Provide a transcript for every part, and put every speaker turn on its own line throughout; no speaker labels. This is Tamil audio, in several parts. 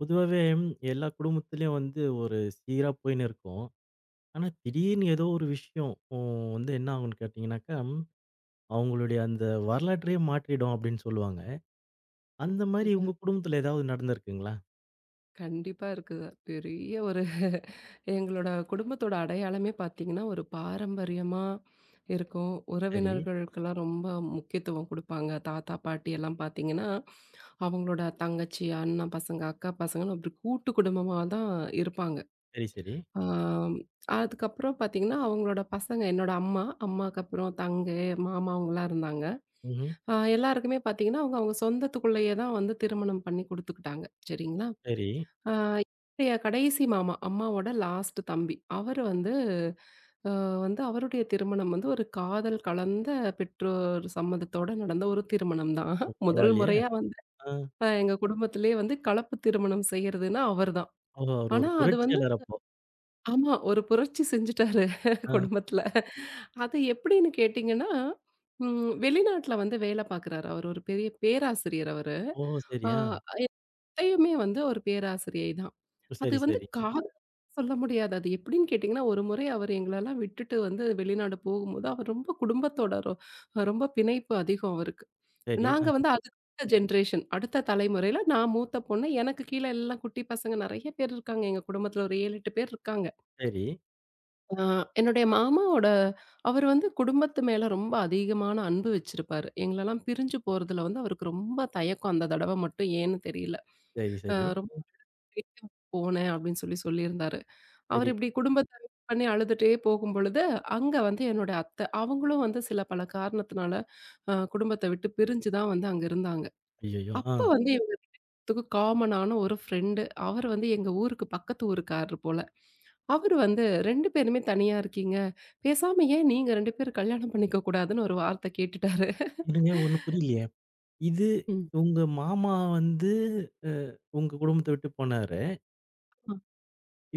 பொதுவாவே எல்லா குடும்பத்திலயும் வந்து ஒரு சீரா போயின்னு இருக்கும். ஆனா, திடீர்னு ஏதோ ஒரு விஷயம் வந்து என்ன ஆகும்னு கேட்டீங்கன்னாக்கா, அவங்களுடைய அந்த வரலாற்றையே மாற்றிடும் அப்படின்னு சொல்லுவாங்க. அந்த மாரி
கண்டிப்பா,
உங்க குடும்பத்துல ஏதாவது நடந்திருக்குங்களா?
கண்டிப்பா இருக்குது. பெரிய ஒரு எங்களோட குடும்பத்தோட அடையாளமே பார்த்தீங்கன்னா, ஒரு பாரம்பரியமா இருக்கும்.
சரி,
உறவினர்களுக்கெல்லாம் ரொம்ப முக்கியத்துவம் குடுப்பாங்க. தாத்தா, பாட்டி எல்லாம் பார்த்தீங்கன்னா, அவங்களோட தங்கச்சி, அண்ணன் பசங்க, அக்கா பசங்கன்னு அப்படி கூட்டு குடும்பமா தான் இருப்பாங்க.
சரி, சரி.
ஆ அதுக்கப்புறம் பார்த்தீங்கன்னா, அவங்களோட பசங்க என்னோட அம்மா, அம்மாக்கு அப்புறம் தங்கை, மாமா அவங்கலாம் இருந்தாங்க.
ம்ஹ்ம்.
எல்லாருக்குமே பார்த்தீங்கன்னா, அவங்க அவங்க சொந்தத்துக்குள்ளேயே தான் வந்து திருமணம் பண்ணி குடுத்துக்கிட்டாங்க. சரிங்களா?
சரி.
ஆ என்னுடைய கடைசி மாமா, அம்மாவோட லாஸ்ட் தம்பி. அவரு வந்து அ வந்து அவருடைய திருமணம் வந்து ஒரு காதல் கலந்த பெற்றோர் சம்மதத்தோட நடந்த ஒரு திருமணம் தான்.
ஓ!
முதல்
பரவாயில்லையே!
முறையா வந்து
ஆ.
எங்க குடும்பத்திலேயே வந்து கலப்பு திருமணம் செய்றதுன்னா அவர்தான்.
ஓஹோ! அவரு ஒரு
ஆனா அது வந்து
புரட்சியாளர் அப்போ.
ஆமா ஒரு புரட்சி செஞ்சுட்டாரு
ஆ.
குடும்பத்துல. அது எப்படின்னு கேட்டீங்கன்னா, வெளிநாட்ல வந்து வேல பார்க்குறாரு. அவரு ஒரு பெரிய பேராசிரியர் அவரு.
ஓ! சரி.
ஆ
ஆ.
என் அத்தையுமே வந்து ஒரு பேராசிரியை தான். அது
சரி,
வந்து
சரி.
காது சொல்ல முடியாது. அது எப்படின்னு கேட்டீங்கன்னா, ஒரு முறை அவர் எங்களெல்லாம் விட்டுட்டு வந்து வெளிநாடு போகும்போது, அவர் ரொம்ப குடும்பத்தோட ரொம்ப பிணைப்பு அதிகம் அவருக்கு.
சரி.
நாங்க
ஆ.
வந்து அடுத்த ஜென்ரேஷன் அடுத்த தலைமுறையில நான் மூத்த பொண்ணு. எனக்கு கீழ எல்லாம் குட்டி பசங்க நெறைய பேர் இருக்காங்க. எங்க குடும்பத்துல ஒரு 7, 8 பேர் இருக்காங்க.
சரி.
ஆ என்னுடைய மாமாவோட அவர் வந்து குடும்பத்து மேல ரொம்ப அதிகமான அன்பு வச்சிருப்பாரு. எங்களெல்லாம் பிரிஞ்சு போறதுல வந்து அவருக்கு ரொம்ப தயக்கம் அந்த தடவ மட்டும் ஏன்னு தெரியல.
சரி, சரி.
ரொம்ப பிரிஞ்சு போனேன் அப்படின்னு சொல்லி சொல்லியிருந்தாரு.
சரி.
அவர் இப்படி குடும்பத்த பண்ணி அழுதுட்டே போகும்பொழுது, அங்க வந்து என்னோட அத்தை, அவங்களும் வந்து சில பல காரணத்தினால குடும்பத்த விட்டு பிரிஞ்சு தான் வந்து அங்க இருந்தாங்க.
ஐய்யய்யோ!
அப்ப
ஆ.
வந்து இவங்க காமனான ஒரு ஃப்ரெண்டு, அவர் வந்து எங்க ஊருக்கு பக்கத்து ஊருக்காரரு போல. அவரு வந்து 2 பேருமே தனியா இருக்கீங்க. பேசாம ஏன் நீங்க 2 பேரும் கல்யாணம் பண்ணிக்க கூடாதுன்னு ஒரு வார்த்தை கேட்டுட்டாரு.
என்னங்க ஒண்ணும் புரியலையே! இது
ம்.
உங்க மாமா வந்து அ உங்க குடும்பத்த விட்டு போனாரு.
ம்.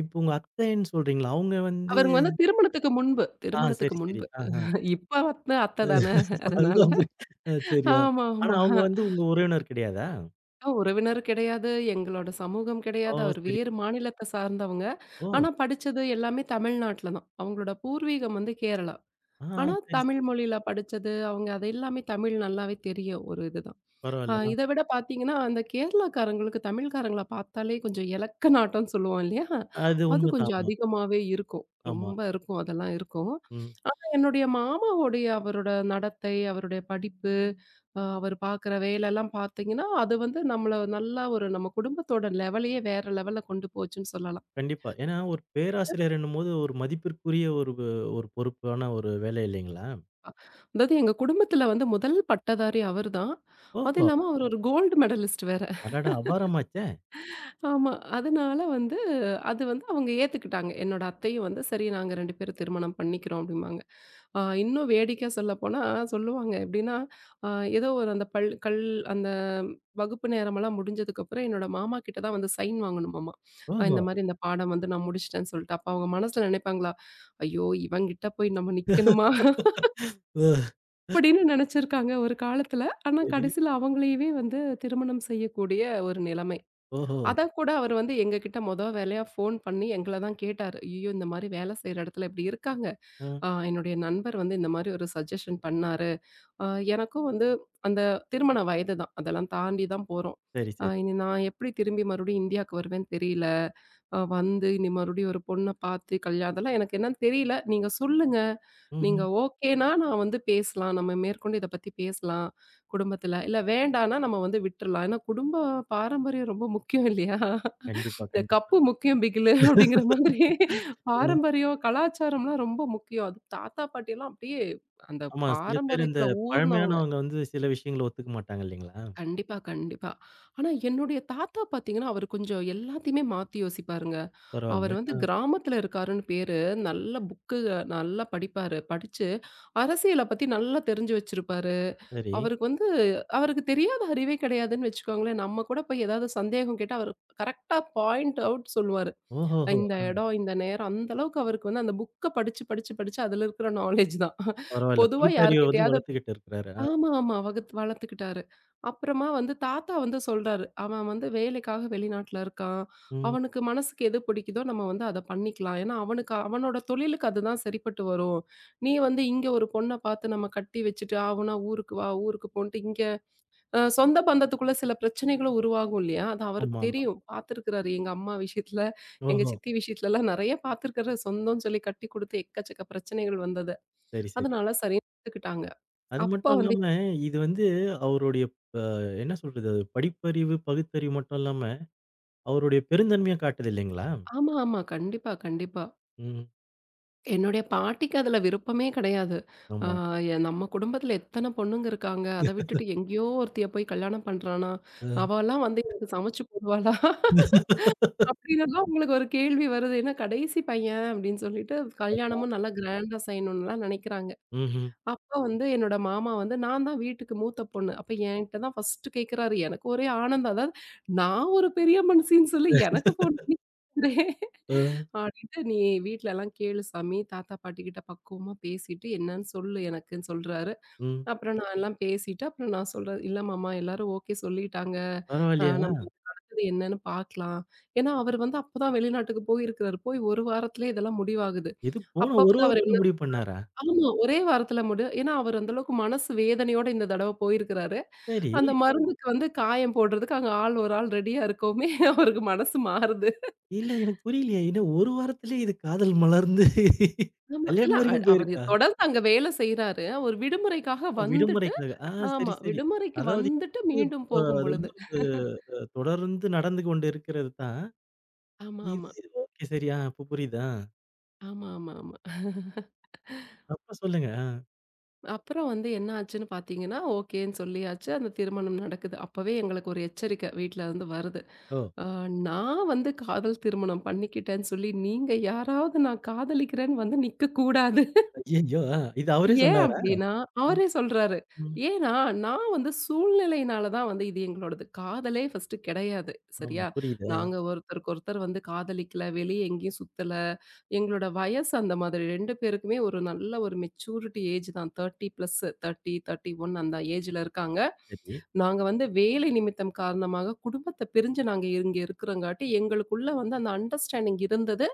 இப்ப உங்க அத்தைன்னு சொல்றீங்களா? அவங்க வந்து
அவருங்க வந்து திருமணத்துக்கு முன்பு
ஆ
திருமணத்துக்கு
சரி, சரி.
முன்பு.
ஆஹா.
இப்ப வந்து அத்தை தானே அதனால.
அதுதான் புரி ஆ சரியா.
ஆமா,
ஆனா
ஆமா.
அவங்க வந்து உங்க உறவினர் கிடையாதா?
உறவினர் கிடையாது, எங்களோட சமூகம்
ஓ!
கிடையாது. அவர்
சரி.
வேறு மாநிலத்த சார்ந்தவங்க.
ஓ!
ஆனா படிச்சது எல்லாமே தமிழ்நாட்ல தான். அவங்களோட பூர்வீகம் வந்து கேரளா.
ஆ
ஆனா
சரி,
தமிழ்
சரி.
மொழியில படிச்சது, அவங்க அது எல்லாமே தமிழ் நல்லாவே தெரியும் ஒரு இதுதான்.
பரவால்ல.
இத விட பார்த்தீங்கன்னா, அந்த கேரளாக்காரங்களுக்கு தமிழ்காரங்கள பார்த்தாலே கொஞ்சம் இலக்க நாட்டம்ன்னு சொல்லுவோம் இல்லையா?
அது
அது
உண்மைதான்.
கொஞ்சம்
ஆமா,
அதிகமாவே இருக்கும்.
ஆமா.
ரொம்ப இருக்கும். அதெல்லாம் இருக்கும்.
ம்.
என்னுடைய மாமாவுடைய அவரோட நடத்தை, அவருடைய படிப்பு, அவர் பார்க்குற வேலைலாம் பார்த்தீங்கன்னா, அது வந்து நம்மள நல்லா ஒரு நம்ம குடும்பத்தோட லெவலயே வேற லெவல்ல கொண்டு போச்சுன்னு சொல்லலாம்.
கண்டிப்பா. ஏன்னா ஒரு பேராசிரியர் என்னும்போது ஒரு மதிப்பிற்குரிய ஒரு ஒரு பொறுப்பான ஒரு வேலை இல்லைங்களா?
அதாவது எங்க குடும்பத்தில வந்து முதல் பட்டதாரி அவர்தான். அது
ஓஹோ!
இல்லாம அவர் ஒரு கோல்டு மெடலிஸ்ட் வேற.
அடடா! அபாரமாச்சே!
ஆமா. அதனால வந்து அது வந்து அவங்க ஏத்துக்கிட்டாங்க. என்னோட அத்தையும் வந்து, "சரி நாங்க 2 பேரும் திருமணம் பண்ணிக்கிறோம்" அப்படிம்பாங்க. இன்னும் வேடிக்கையா சொல்லப்போனா, சொல்லுவாங்க எப்படின்னா, அ ஏதோ ஒரு அந்த பள் கல் அந்த வகுப்பு நேரமெல்லாம் முடிஞ்சதுக்கப்புறம் என்னோட மாமா கிட்ட தான் வந்து சைன் வாங்கணுமாமா. இந்த
ஓஹோ!
மாரி இந்த பாடம் வந்து நான் முடிச்சுட்டேன்னு சொல்லிட்டு. அப்ப அவங்க மனசுல நினைப்பாங்களா, "ஐயோ! இவங்கிட்ட போய் நம்ம நிக்கணுமா?"
ஓ
அப்படின்னு நெனச்சிருக்காங்க ஒரு காலத்துல. ஆனா
சரி.
கடைசில அவங்களையவே வந்து திருமணம் செய்யக்கூடிய ஒரு நிலைமை.
ஓஹோ!
அத கூட அவர் வந்து எங்ககிட்ட மொத வேலையா ஃபோன் பண்ணி எங்கள தான் கேட்டாரு. "ஐயய்யோ! இந்த மாரி வேலை செய்ற இடத்துல இப்படி இருக்காங்க.
ஆ
என்னுடைய நண்பர் வந்து இந்த மாரி ஒரு சஜஷன் பண்ணாரு. அ எனக்கும் வந்து அந்த திருமண வயது தான். அதெல்லாம் தாண்டி தான் போறோம்.
சரி, சரி.
இனி நான் எப்படி திரும்பி மறுபடியும் இந்தியாவுக்கு வருவேன்னு தெரியல. வந்து இனி மறுபடியும் ஒரு பொண்ண பார்த்து கல்யாணம் அதெல்லாம் எனக்கு என்னன்னு தெரியல. நீங்க சொல்லுங்க. நீங்க
ம்ஹ்ம்.
ஓகேன்னா நான் வந்து பேசலாம். நம்ம மேற்கொண்டு இத பத்தி பேசலாம் குடும்பத்துல. இல்ல வேண்டான்னா நம்ம வந்து விட்டுறலாம்." ஏன்னா குடும்ப பாரம்பரியம் ரொம்ப முக்கியம் இல்லையா?
கண்டிப்பா,
இந்த
கண்டிப்பா.
கப்பு முக்கியம் பிகிலு அப்படிங்கிற மாதிரி பாரம்பரியம், கலாச்சாரம்லாம் ரொம்ப முக்கியம். அது தாத்தா, பாட்டிலாம் அப்படியே அந்த
ஆமா, சில பேர் இந்த
பாரம்பரியத்துல ஊர்னவங்க.
பழமையானவங்க வந்து சில விஷயங்கள ஒத்துக்க மாட்டாங்க இல்லைங்களா?
கண்டிப்பா, கண்டிப்பா. ஆனா என்னுடைய தாத்தா பாத்தீங்கன்னா, அவரு கொஞ்சம் எல்லாத்தையுமே மாத்தி யோசிப்பாருங்க.
பரவால்ல.
அவரு வந்து
ஆ
கிராமத்துல இருக்காருன்னு பேரு. நல்ல புக்கு நல்லா படிப்பாரு. படிச்சு அரசியல பத்தி நல்லா தெரிஞ்சு வச்சிருப்பாரு.
சரி.
அவருக்கு வந்து அவருக்கு தெரியாத அறிவே கிடையாதுன்னு வச்சுக்கோங்களேன். நம்ம கூட போய் ஏதாவது சந்தேகம் கேட்டா, அவரு கரெக்ட்டா பாயிண்ட் அவுட் சொல்லுவாரு.
ஓஹோஹோ!
இந்த
ஆ
இடம், இந்த நேரம் அந்த அளவுக்கு அவருக்கு வந்து அந்த புக்க படிச்சு, படிச்சு, படிச்சு அதுல இருக்கிற நாலேட்ஜ் தான்.
பரவால்ல.
பொதுவா
பகுத்தறிவ வந்து
யார்கிட்டயாவது
வளர்த்துக்கிட்டு இருக்கிறாரு. ஆ.
ஆமா, ஆமா. வளர்த்துக்கிட்டாரு. அப்புறமா வந்து தாத்தா வந்து சொல்றாரு, "அவன் வந்து வேலைக்காக வெளிநாட்டுல இருக்கான்.
ம்.
அவனுக்கு மனசுக்கு எது பிடிக்குதோ நம்ம வந்து அத பண்ணிக்கலாம். ஏன்னா அவனுக்கு அவனோட தொழிலுக்கு அதுதான் சரிப்பட்டு வரும். நீ வந்து இங்க ஒரு பொண்ண பார்த்து நம்ம கட்டி வச்சுட்டு, ஆவுன்னா ஊருக்கு வா, ஊருக்கு போன்ட்டு இங்க சொந்த பந்தத்துக்குள்ள சில பிரச்சனைகளும் உருவாகும் இல்லையா? அது அவருக்கு
ஆமாமா.
தெரியும். பார்த்துருக்கிறாரு. எங்க அம்மா விஷயத்துல, எங்க
ஓஹோ!
சித்தி விஷயத்துலலாம் நெறைய பார்த்துருக்காரு. சொந்தம்னு சொல்லி கட்டி குடுத்து எக்கச்சக்க பிரச்சனைகள் வந்தத.
சரி, சரி.
அதனால சரின்னு ஒத்துக்கிட்டாங்க.
அது
அப்பா
மட்டும்
வந்து
இல்லாம, இது வந்து அவருடைய அ என்ன சொல்றது? அது படிப்பறிவு, பகுத்தறிவு மட்டும் இல்லாம, அவருடைய பெருந்தன்மைய காட்டுது இல்லைங்களா?
ஆமா, ஆமா. கண்டிப்பா, கண்டிப்பா.
ம்.
என்னுடைய பாட்டிக்கு அதுல விருப்பமே கிடையாது. ஆ
ஆமா.
எ நம்ம குடும்பத்துல எத்தன பொண்ணுங்க இருக்காங்க. அத விட்டுட்டு எங்கேயோ ஒருத்திய போய் கல்யாணம் பண்றானா?
அ.
அவலாம் வந்து எனக்கு சமைச்சு போடுவாளா? அப்படின்னதும் உங்களுக்கு ஒரு கேள்வி வருது. ஏன்னா கடைசி பையன் அப்படின்னு சொல்லிட்டு
ஆமா.
கல்யாணமும் நல்லா கிராண்டா செய்யணும்லாம் நினைக்கிறாங்க.
ம்ஹ்ம்.
அப்ப வந்து என்னோட மாமா வந்து நான் தான் வீட்டுக்கு மூத்த பொண்ணு. அப்ப என்கிட்ட தான் ஃபர்ஸ்ட்டு கேட்கிறாரு. எனக்கு ஒரே ஆனந்தம். அதாவது நான் ஒரு பெரிய மனுஷின்னு சொல்லி எனக்கு ஃபோன் பண்ணி கேட்கிறேன்.
அ.
அப்படின்ட்டு "நீ வீட்லலாம் கேளு சாமி. தாத்தா பாட்டிகிட்ட பக்குவமா பேசிட்டு என்னன்னு சொல்லு எனக்குன்னு" சொல்றாரு.
ம்.
அப்புறம் நான் எல்லாம் பேசிட்டு, அப்புறம் நான் சொல்றேன், "இல்ல மாமா எல்லாரும் ஓகே சொல்லிட்டாங்க.
பரவாயில்லையா?
நம்ம இதுக்கு அடுத்தது என்னன்னு பார்க்கலாம்." ஏன்னா அவர் வந்து அப்பதான் வெளிநாட்டுக்கு போயிருக்கிறாரு. போய் 1 வாரத்திலே இதெல்லாம் முடிவாகுது.
எது போன
அப்ப
ஒரு
வந்து அவர் என்ன
வாரத்துல முடிவு பண்ணாரா?
ஆமா. ஒரே வாரத்தில முடி ஏன்னா அவர் அந்த அளவுக்கு மனசு வேதனையோட இந்த தடவ போயிருக்கிறாரு.
சரி.
அந்த மருந்துக்கு வந்து காயம் போடுறதுக்கு அங்க ஒரு ஆள் ரெடியா இருக்கவுமே அவருக்கு மனசு மாறுது.
இல்ல எனக்கு புரியலையே! என்ன ஒரு வாரத்திலேயே இது காதல் மலர்ந்து
ஆமா. இல்ல
கல்யாணம் வரைக்கும்
அவரு
போயிருக்கா?
தொடர்ந்து அங்க வேலை செய்றாரு. ஒரு விடுமுறைக்காக
ஓ
வந்துட்டு
விடுமுறைக்காக. ஆ சரி,
ஆமா.
சரி.
விடுமுறைக்கு
அதாவது
வந்துட்டு
இது
மீண்டும்
ப
போகும்
அது வந்து
பொழுது.
ஒரு தொடர்ந்து நடந்து கொண்டு இருக்கிறது தான்.
ஆமா, ஆமா.
இது ஓகே சரி. ஆ இப்ப புரியுது. ஆ.
ஆமா, ஆமா, ஆமா.
அப்புறம் சொல்லுங்க. ஆ.
அப்புறம் வந்து என்ன ஆச்சுன்னு பார்த்தீங்கன்னா, ஓகேன்னு சொல்லியாச்சு. அந்த திருமணம் நடக்குது. அப்பவே எங்களுக்கு ஒரு எச்சரிக்கை வீட்லருந்து வருது.
ஓ!
அ நான் வந்து காதல் திருமணம் பண்ணிக்கிட்டேன்னு சொல்லி, நீங்க யாராவது நான் காதலிக்கிறேன்னு வந்து நிக்கக்கூடாது.
ஐய்யய்யோ! ஆ இது அவரே
ஏன்
சொன்னாரா?
அப்டின்னா,
ம்,
அவரே சொல்றாரு.
ம்.
ஏன்னா, நான் வந்து சூழ்நிலையினால தான் வந்து இது எங்களோடது. காதலே ஃபர்ஸ்ட்டு கிடையாது.
ஆமா
சரியா?
புரியுது. ஆ
நாங்க ஒருத்தருக்கு ஒருத்தர் வந்து காதலிக்கல. வெளிய எங்கேயும் சுத்தல. எங்களோட வயசு அந்த மாதிரி 2 பேருக்குமே ஒரு நல்ல ஒரு மெச்சூரிட்டி ஏஜ் தான். 30 பிளஸ் 30, 31 அந்த ஏஜ்ல இருக்காங்க.
சரி.
நாங்க வந்து வேலை நிமித்தம் காரணமாக குடும்பத்த பிரிஞ்சு நாங்க இங்க இருக்கிறங்காட்டி, எங்களுக்குள்ள வந்து அந்த அண்டர்ஸ்டாண்டிங் இருந்தது.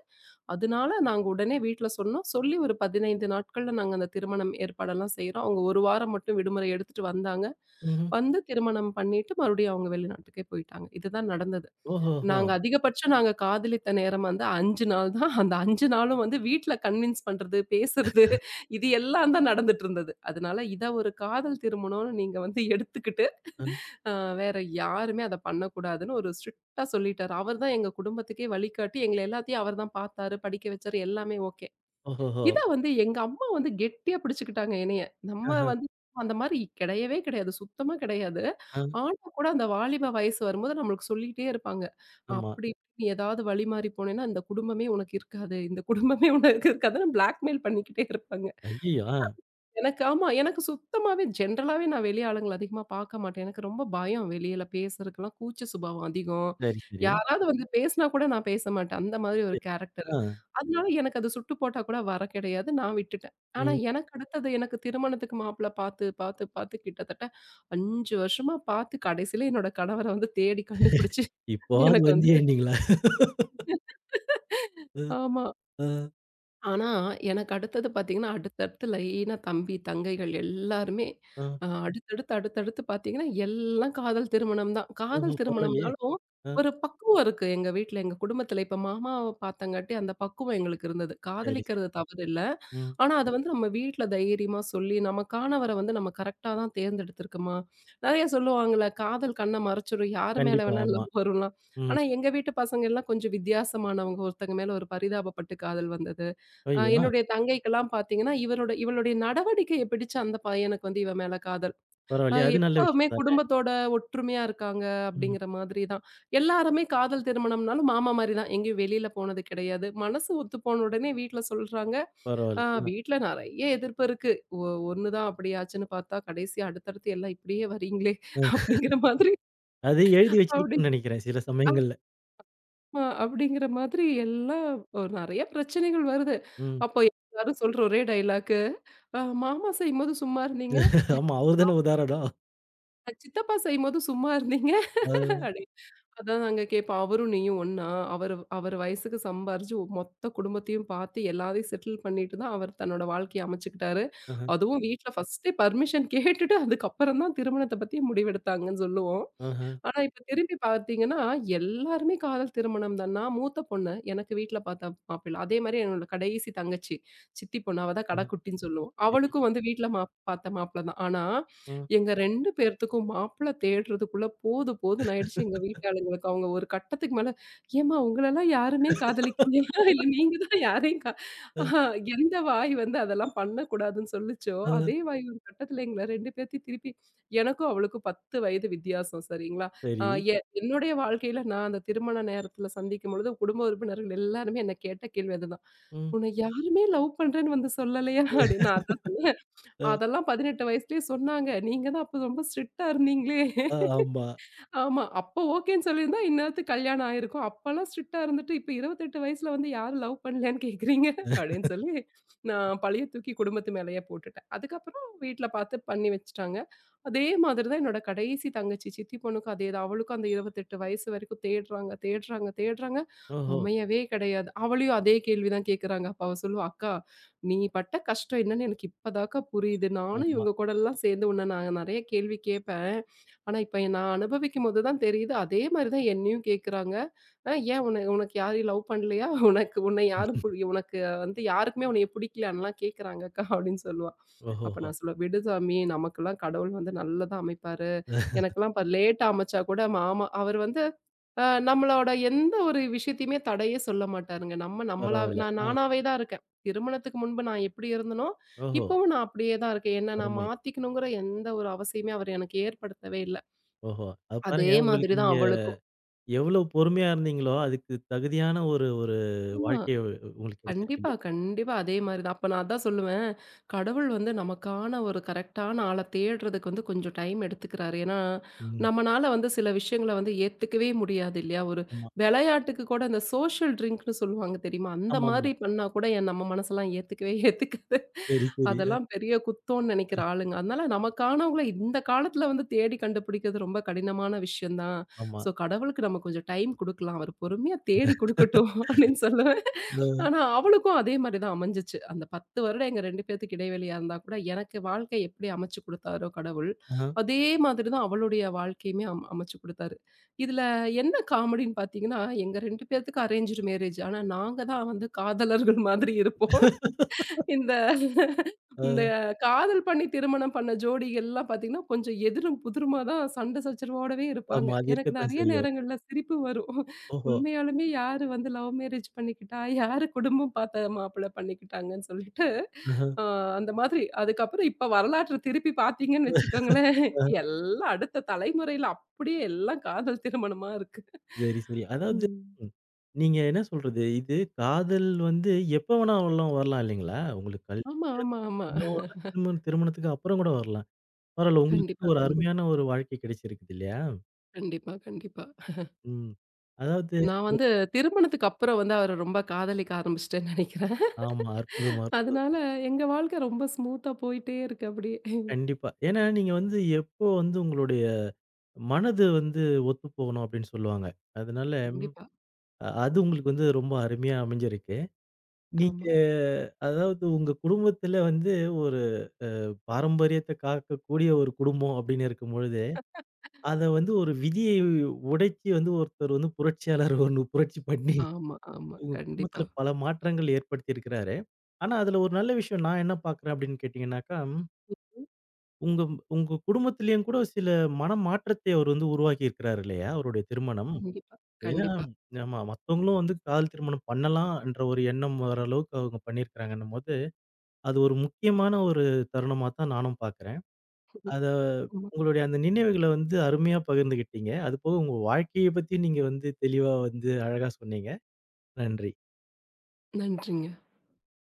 அதனால நாங்க உடனே வீட்ல சொன்னோம். சொல்லி ஒரு 15 நாட்கள்ல நாங்க அந்த திருமணம் ஏற்பாடெல்லாம் செய்றோம். அவங்க 1 வாரம் மட்டும் விடுமுறை எடுத்துட்டு வந்தாங்க.
ம்ஹ்ம்.
வந்து திருமணம் பண்ணிட்டு மறுபடியும் அவங்க வெளிநாட்டுக்கே போயிட்டாங்க. இதுதான் நடந்தது.
ஓஹோஹோ!
நாங்க அதிகபட்சம் நாங்க காதலித்த நேரம் வந்து 5 நாள் தான். அந்த 5 நாளும் வந்து வீட்ல கன்வின்ஸ் பண்றது, பேசுறது இது எல்லாம் தான் நடந்துட்டு இருந்தது. அதனால இத ஒரு காதல் திருமணம்னு நீங்க வந்து எடுத்துக்கிட்டு,
அ
அ வேற யாருமே அத பண்ணக்கூடாதுன்னு ஒரு ஸ்ட்ரிக்ட்டா சொல்லிட்டாரு. அவர் தான் எங்க குடும்பத்துக்கே வழிகாட்டி எங்கள எல்லாத்தையும் அவர் தான் பார்த்தாரு, படிக்க வச்சாரு எல்லாமே ஓகே.
ஓஹோஹோ!
இத வந்து எங்க அம்மா வந்து கெட்டியா பிடிச்சுக்கிட்டாங்க என்னைய. நம்ம
ஆஹா!
வந்து அந்த மாரி கிடையவே கிடையாது. சுத்தமா கிடையாது.
ஆ
ஆனா கூட அந்த வாலிப வயசு வரும்போது நம்மளுக்கு சொல்லிட்டே இருப்பாங்க.
ஆமா.
அப்படி இப்படி நீ ஏதாவது வழி மாறி போனேன்னா, இந்த குடும்பமே உனக்கு இருக்காது. இந்த குடும்பமே உனக்கு இருக்காதுன்னு பிளாக்மெயில் பண்ணிக்கிட்டே இருப்பாங்க.
ஐய்யய்யோ! ஆ
எனக்கு ஆமா. எனக்கு சுத்தமாவே ஜென்ரலாவே நான் வெளி ஆளுங்கள அதிகமா பார்க்க மாட்டேன். எனக்கு ரொம்ப பயம். வெளியில பேசுறதுக்கெல்லாம் கூச்ச சுபாவம் அதிகம்.
சரி, சரி.
யாராவது வந்து பேசினா கூட நான் பேச மாட்டேன். அந்த மாதிரி ஒரு
சரி.
கேரக்டர்.
ஆ.
அதனால எனக்கு அது சுட்டு போட்டா கூட வர கிடையாது. நான் விட்டுட்டேன். ஆனா
ம்.
எனக்கு அடுத்தது எனக்கு திருமணத்துக்கு மாப்பிள பார்த்து, பார்த்து, பார்த்து கிட்டத்தட்ட 5 வருஷமா பார்த்து கடைசியில என்னோட கணவர வந்து தேடி கண்டுபிடிச்சு
இப்போ அது
எனக்கு வந்து
வந்தியேன்னீங்களா?
ஆமா.
ஆ,
ஆனா எனக்கு அடுத்தது பார்த்தீங்கன்னா, அடுத்தடுத்து லைனா தம்பி, தங்கைகள் எல்லாருமே
ஆ.
அடுத்தடுத்து, அடுத்தடுத்து பார்த்தீங்கன்னா, எல்லாம் காதல் திருமணம் தான்.
ஓஹோ!
காதல்
பரவாயில்லையே!
திருமணம்னாலும்
ஆ,
ஒரு பக்குவம் இருக்கு எங்க வீட்ல, எங்க குடும்பத்தில. இப்ப மாமாவ பார்த்தங்காட்டி அந்த பக்குவம் எங்களுக்கு இருந்தது.
சரி, சரி.
காதலிக்கிறது தவறு இல்ல.
ம்.
ஆனா, அத வந்து நம்ம வீட்ல தைரியமா சொல்லி, நமக்கானவர வந்து நம்ம கரெக்ட்டா தான் தேர்ந்தெடுத்திருக்கமா. நெறைய சொல்லுவாங்கல்ல, காதல் கண்ண மறைச்சுரும். யாரு மேல
கண்டிப்பா.
வேணா
ஆமா.
லவ் வரும்லாம்.
ம்.
ஆனா, எங்க வீட்டு பசங்க எல்லாம் கொஞ்சம் வித்தியாசமானவங்க. ஒருத்தங்க மேல ஒரு பரிதாபப்பட்டு காதல் வந்தது.
ஐயோ! ஆ,
என்னுடைய தங்கைக்கெல்லாம் பார்த்தீங்கன்னா, இவரோட இவளுடைய நடவடிக்கைய பிடிச்சு அந்த பையனுக்கு வந்து இவ மேல காதல்.
பரவாயில்லையே! அது நல்ல
எப்பவுமே
விஷயம் தானே!
குடும்பத்தோட ஒற்றுமையா இருக்காங்க
ம்.
அப்படிங்கிற மாதிரி தான். எல்லாருமே காதல் திருமணம்னாலும் மாமா மாரி தான். எங்கேயும் வெளியில போனது கிடையாது. மனசு ஒத்து போன உடனே வீட்ல சொல்றாங்க.
பரவாயில்ல.
வீட்ல நெறைய எதிர்ப்பு இருக்கு. ஒ ஒண்ணு தான் அப்படியாச்சுன்னு பார்த்தா, கடைசி அடுத்தடுத்து எல்லாம் இப்படியே வரீங்களே அப்படிங்கிற மாதிரி
அது எழுதி
அப்படி
வச்சிருக்கும்னு நெனைக்கிறேன் சில
ஆமா.
சமயங்கள்ல.
அப்படிங்கிற மாதிரி எல்லாம் ஒரு நெறைய பிரச்சனைகள் வருது.
ம்.
அப்போ எல்லாரும் சொல்ற ஒரே டயலாக்கு, மாமா செய்யும்போது சும்மா இருந்தீங்க
ஆமா. அவரு தானே உதாரணம்.
சித்தப்பா செய்யும்போது சும்மா இருந்தீங்க?
ஆ.
அப்டி. அதான் நாங்க கேட்போம். அவரும் நீயும் ஒண்ணா? அவரு அவரு வயசுக்கு சம்பாரிச்சு மொத்த குடும்பத்தையும் பார்த்து எல்லாரையும் செட்டில் பண்ணிட்டு தான் அவர் தன்னோட வாழ்க்கைய அமைச்சுக்கிட்டாரு.
ஆஹ,
அதுவும் வீட்ல ஃபர்ஸ்ட்டே பர்மிஷன் கேட்டுட்டு அதுக்கப்புறம் தான் திருமணத்த பத்தி முடிவெடுத்தாங்கன்னு சொல்லுவோம்.
ஆஹ,
ஆனா இப்ப திரும்பி பார்த்தீங்கன்னா, எல்லாருமே காதல் திருமணம் தான். நான் மூத்த பொண்ணு. எனக்கு வீட்ல பார்த்த மாப்பிள்ளை. அதே மாரி என்னோட கடைசி தங்கச்சி. சித்தி பொண்ணு. அவ தான்
ஆஹ.
கடைக்குட்டின்னு சொல்லுவோம்.
சரி.
அவளுக்கும் வந்து வீட்ல பார்த்த மாப்பிள்ளை தான். ஆனா,
ஆ.
எங்க 2 பேர்த்துக்கும் மாப்பிள்ளை தேடுறதுக்குள்ள போது போதும் போதும்னு ஆயிடுச்சு எங்க வீட்டாளுங்களுக்கு. அவங்க ஒரு கட்டத்துக்கு மேல, "ஏம்மா உங்களலாம் யாருமே காதலிக்கலையா? இல்ல நீங்க தான் யாரையும் கா"
அ,
ஆஹா, எந்த வாய் வந்து அதெல்லாம் பண்ணக்கூடாதுன்னு சொல்லுச்சோ,
ஆ.
அதே வாய் ஒரு கட்டத்துல எங்கள 2 பேத்தையும் திருப்பி எனக்கும் அவளுக்கும் 10 வயது வித்தியாசம் சரிங்களா? ஆ
சரி.
எ என்னுடைய வாழ்க்கையில நான் அந்த திருமண நேரத்துல சந்திக்கும் பொழுது, குடும்ப உறுப்பினர்கள் எல்லாருமே என்ன கேட்ட கேள்வி அதுதான்.
ம்.
"உன்ன யாருமே லவ் பண்றேன்னு வந்து சொல்லலையா?" அப்படின்னு நான் அதான் சொன்னேன்.
அ,
"அதெல்லாம் 18 வயசுலயே சொன்னாங்க. நீங்க தான் அப்ப ரொம்ப ஸ்ட்ரிக்ட்டா இருந்தீங்களே!"
ஆ, ஆமா.
ஆமா. அப்போ ஓகேன்னு சொல்லியிருந்தா, இந்நேரத்துக்கு கல்யாணம் ஆயிருக்கும். அப்பலாம் ஸ்ட்ரிக்ட்டா இருந்துட்டு, இப்ப 28 வயசுல வந்து யாரும் லவ் பண்ணலன்னு கேட்குறீங்க? அப்படின்னு சொல்லி, நான் பழிய தூக்கி குடும்பத்து மேலயே போட்டுட்டேன். அதுக்கப்புறம் வீட்ல பார்த்து பண்ணி வச்சுட்டாங்க. அதே மாதிரி தான் என்னோட கடைசி தங்கச்சி, சித்தி பொண்ணுக்கும் அதே தான். அவளுக்கும் அந்த 28 வயசு வரைக்கும் தேடுறாங்க, தேடுறாங்க, தேடுறாங்க.
ஓஹோ!
அமையவே கிடையாது. அவளையும் அதே கேள்வி தான் கேட்குறாங்க. அப்ப அவ சொல்லுவா, "அக்கா, நீ பட்ட கஷ்டம் என்னன்னு எனக்கு இப்பதாக்கா புரியுது. நானும்
ஆமா.
இவங்க கூடலாம் சேர்ந்து உன்ன நான் நெறைய கேள்வி கேட்பேன். ஆனா, இப்ப நான் அனுபவிக்கும்போது தான் தெரியுது, அதே மாரி தான் என்னையும் கேட்குறாங்க. ஏன் உனக்கு யாரையும் லவ் பண்ணலையா? உனக்கு உன்ன யாரும் புடி உனக்கு வந்து யாருக்குமே உன்னைய பிடிக்கலையான்னுலாம் கேட்குறாங்க அக்கா" அப்படின்னு சொல்லுவா. அப்ப
ஓஹோஹோ!
நான் சொல்லுவேன், "விடு சாமி நமக்கெல்லாம் கடவுள் வந்து நல்லதா அமைப்பாரு. எனக்கெல்லாம் இப்ப லேட்டா அமைச்சா கூட மாமா அவர் வந்து நம்மளோட எந்த ஒரு விஷயத்தையுமே தடையே சொல்ல மாட்டாருங்க. நம்ம நம்மளா
பரவாயில்ல.
நான்
ஆ.
நானாவே தான் இருக்கேன். திருமணத்துக்கு முன்பு நான் எப்படி இருந்தனோ,
ஓஹோ!
இப்பவும் நான் அப்படியே தான் இருக்கேன். என்ன நான்
அருமை.
மாத்திக்கணுங்கிற எந்த ஒரு அவசியமே அவர் எனக்கு ஏற்படுத்தவே இல்ல."
ஓஹோ! அது
அதே
பாருங்க
மாதிரி
உங்களுக்கு
தான்
நீங்க
அவளுக்கும்.
எவ்வளோ பொறுமையா இருந்தீங்களோ, அதுக்கு தகுதியான ஒரு ஒரு
ஆமா.
வாழ்க்கை உங்களுக்கு கிடைச்சிருக்கு
கண்டிப்பா,
இல்லையா?
கண்டிப்பா. அதே மாரி தான். அப்ப நான் அதான் சொல்லுவேன். கடவுள் வந்து நமக்கான ஒரு கரெக்ட்டான ஆள தேடுறதுக்கு வந்து கொஞ்சம் டைம் எடுத்துக்கிறாரு. ஏன்னா,
ம்.
நம்மனால வந்து சில விஷயங்கள வந்து ஏத்துக்கவே முடியாது இல்லையா? ஒரு
ஆமா.
விளையாட்டுக்கு கூட இந்த சோஷியல் ட்ரிங்க்ன்னு சொல்லுவாங்க தெரியுமா? அந்த
ஆமாமா.
மாரி பண்ணா கூட நம்ம மனசெல்லாம் ஏத்துக்கவே ஏத்துக்காது.
சரி, சரி. அ.
அதெல்லாம் பெரிய குத்தம்னு நெனைக்கிற ஆளுங்க. அதனால நமக்கானவங்கள இந்த காலத்துல வந்து தேடி கண்டுபிடிக்கிறது ரொம்ப கடினமான விஷயம் தான்.
ஆமா.
ஸோ கடவுளுக்கு நம்ம கொஞ்சம் டைம் குடுக்கலாம். அவர் பொறுமையா தேடி குடுக்கட்டும் அப்படின்னு சொல்லுவேன்.
அ.
ஆனா, அவளுக்கும் அதே மாரி தான் அமைஞ்சுச்சு. அந்த 10 வருடம் எங்க 2 பேத்துக்கு இடைவெளியா இருந்தா கூட, எனக்கு வாழ்க்கை எப்படி அமைச்சு குடுத்தாரோ கடவுள்,
ஆஹா.
அதே மாதிரி தான் அவளுடைய வாழ்க்கையுமே அமைச்சு குடுத்தாரு. இதுல என்ன காமெடின்னு பார்த்தீங்கன்னா, எங்க 2 பேத்துக்கும் அரேஞ்சுடு மேரேஜ். ஆனா, நாங்க தான் வந்து காதலர்கள் மாதிரி இருப்போம். இந்த
அ.
இந்த காதல் பண்ணி திருமணம் பண்ண ஜோடிகள்லாம் பார்த்தீங்கன்னா, கொஞ்சம் எதிரும் புதிருமா தான் சண்டை சச்சரவோடவே இருப்பாங்க.
ஆமா. அது
எனக்கு
இருக்கத்தான்
நெறைய
செய்யும்.
நேரங்கள்ல சிரிப்பு வரும்.
ஓஹோ!
உண்மையாலுமே யாரு வந்து லவ் மேரேஜ் பண்ணிக்கிட்டா? யாரு குடும்பம் பார்த்த மாப்பிள்ளை பண்ணிக்கிட்டாங்கன்னு சொல்லிட்டு,
ஆஹ.
அ அந்த மாதிரி அதுக்கப்புறம் இப்ப வரலாற்ற திருப்பி பார்த்தீங்கன்னு வச்சுக்கோங்களேன்,
அ.
எல்லாம் அடுத்த தலைமுறையில அப்படியே எல்லாம் காதல் திருமணமா இருக்கு.
சரி, சரி. அதாவது
ம்.
ம். நீங்க என்ன சொல்றது? இது காதல் வந்து எப்ப வேணாலும் வரலாம் இல்லைங்களா? உங்களுக்கு கல்
ஆமா, ஆமா, ஆமா.
முன்னவும் வரலாம், திருமணத்துக்கு அப்புறம் கூட வரலாம். பரவால்ல உங்களுக்கு
கண்டிப்பா,
வந்து ஒரு
கண்டிப்பா,
அருமையான ஒரு வாழ்க்கை கிடைச்சிருக்குது இல்லையா?
கண்டிப்பா, கண்டிப்பா.
ம். அதாவது
நான் வந்து திருமணத்துக்கு அப்புறம் வந்து அவர ரொம்ப காதலிக்க ஆரம்பிச்சுட்டேன்னு நெனைக்கிறேன்.
ஆமா. அற்புதம், அற்புதம்.
அதனால எங்க வாழ்க்கை ரொம்ப ஸ்மூத்தா போயிட்டே இருக்கு அப்படியே.
கண்டிப்பா. ஏன்னா, நீங்க வந்து எப்போ வந்து உங்களுடைய மனது வந்து ஒத்து போகணும் அப்படின்னு சொல்லுவாங்க. அதனால ம்,
கண்டிப்பா.
அ- அது உங்களுக்கு வந்து ரொம்ப அருமையா அமைஞ்சிருக்கு. நீங்க
ஆமா,
அதாவது உங்க குடும்பத்துல வந்து ஒரு பாரம்பரியத்த காக்கக்கூடிய ஒரு குடும்பம் அப்படின்னு இருக்கும்பொழுது, அத வந்து ஒரு விதியை உடைச்சு வந்து ஒருத்தர் வந்து புரட்சியாளர் ஒண்ணு புரட்சி பண்ணி
ஆமா, ஆமா.
உங்க
கண்டிப்பா.
குடும்பத்துல பல மாற்றங்கள் ஏற்படுத்தியிருக்கிறாரு. ஆனா, அதுல ஒரு நல்ல விஷயம் நான் என்ன பார்க்குறேன் அப்படின்னு கேட்டீங்கன்னாக்கா
ம்,
உங்க உங்க குடும்பத்திலயும் கூட சில மனமாற்றத்தை அவர் வந்து உருவாக்கி இருக்கிறாரு இல்லையா? அவருடைய திருமணம்.
கண்டிப்பா,
ஏன்னா
கண்டிப்பா.
ஆமா மத்தவங்களும் வந்து காதல் திருமணம் பண்ணலான்ற ஒரு எண்ணம் வர அளவுக்கு அவங்க பண்ணியிருக்கிறாங்கன்னும்போது, அது ஒரு முக்கியமான ஒரு தருணமா தான் நானும் பார்க்குறேன்.
ம்,
அத
ஆமா.
உங்களுடைய அந்த நினைவுகள வந்து அருமையா பகிர்ந்துகிட்டீங்க. அதுபோக உங்க வாழ்க்கைய பத்தி நீங்க வந்து தெளிவா வந்து அழகா சொன்னீங்க. நன்றி.
நன்றிங்க.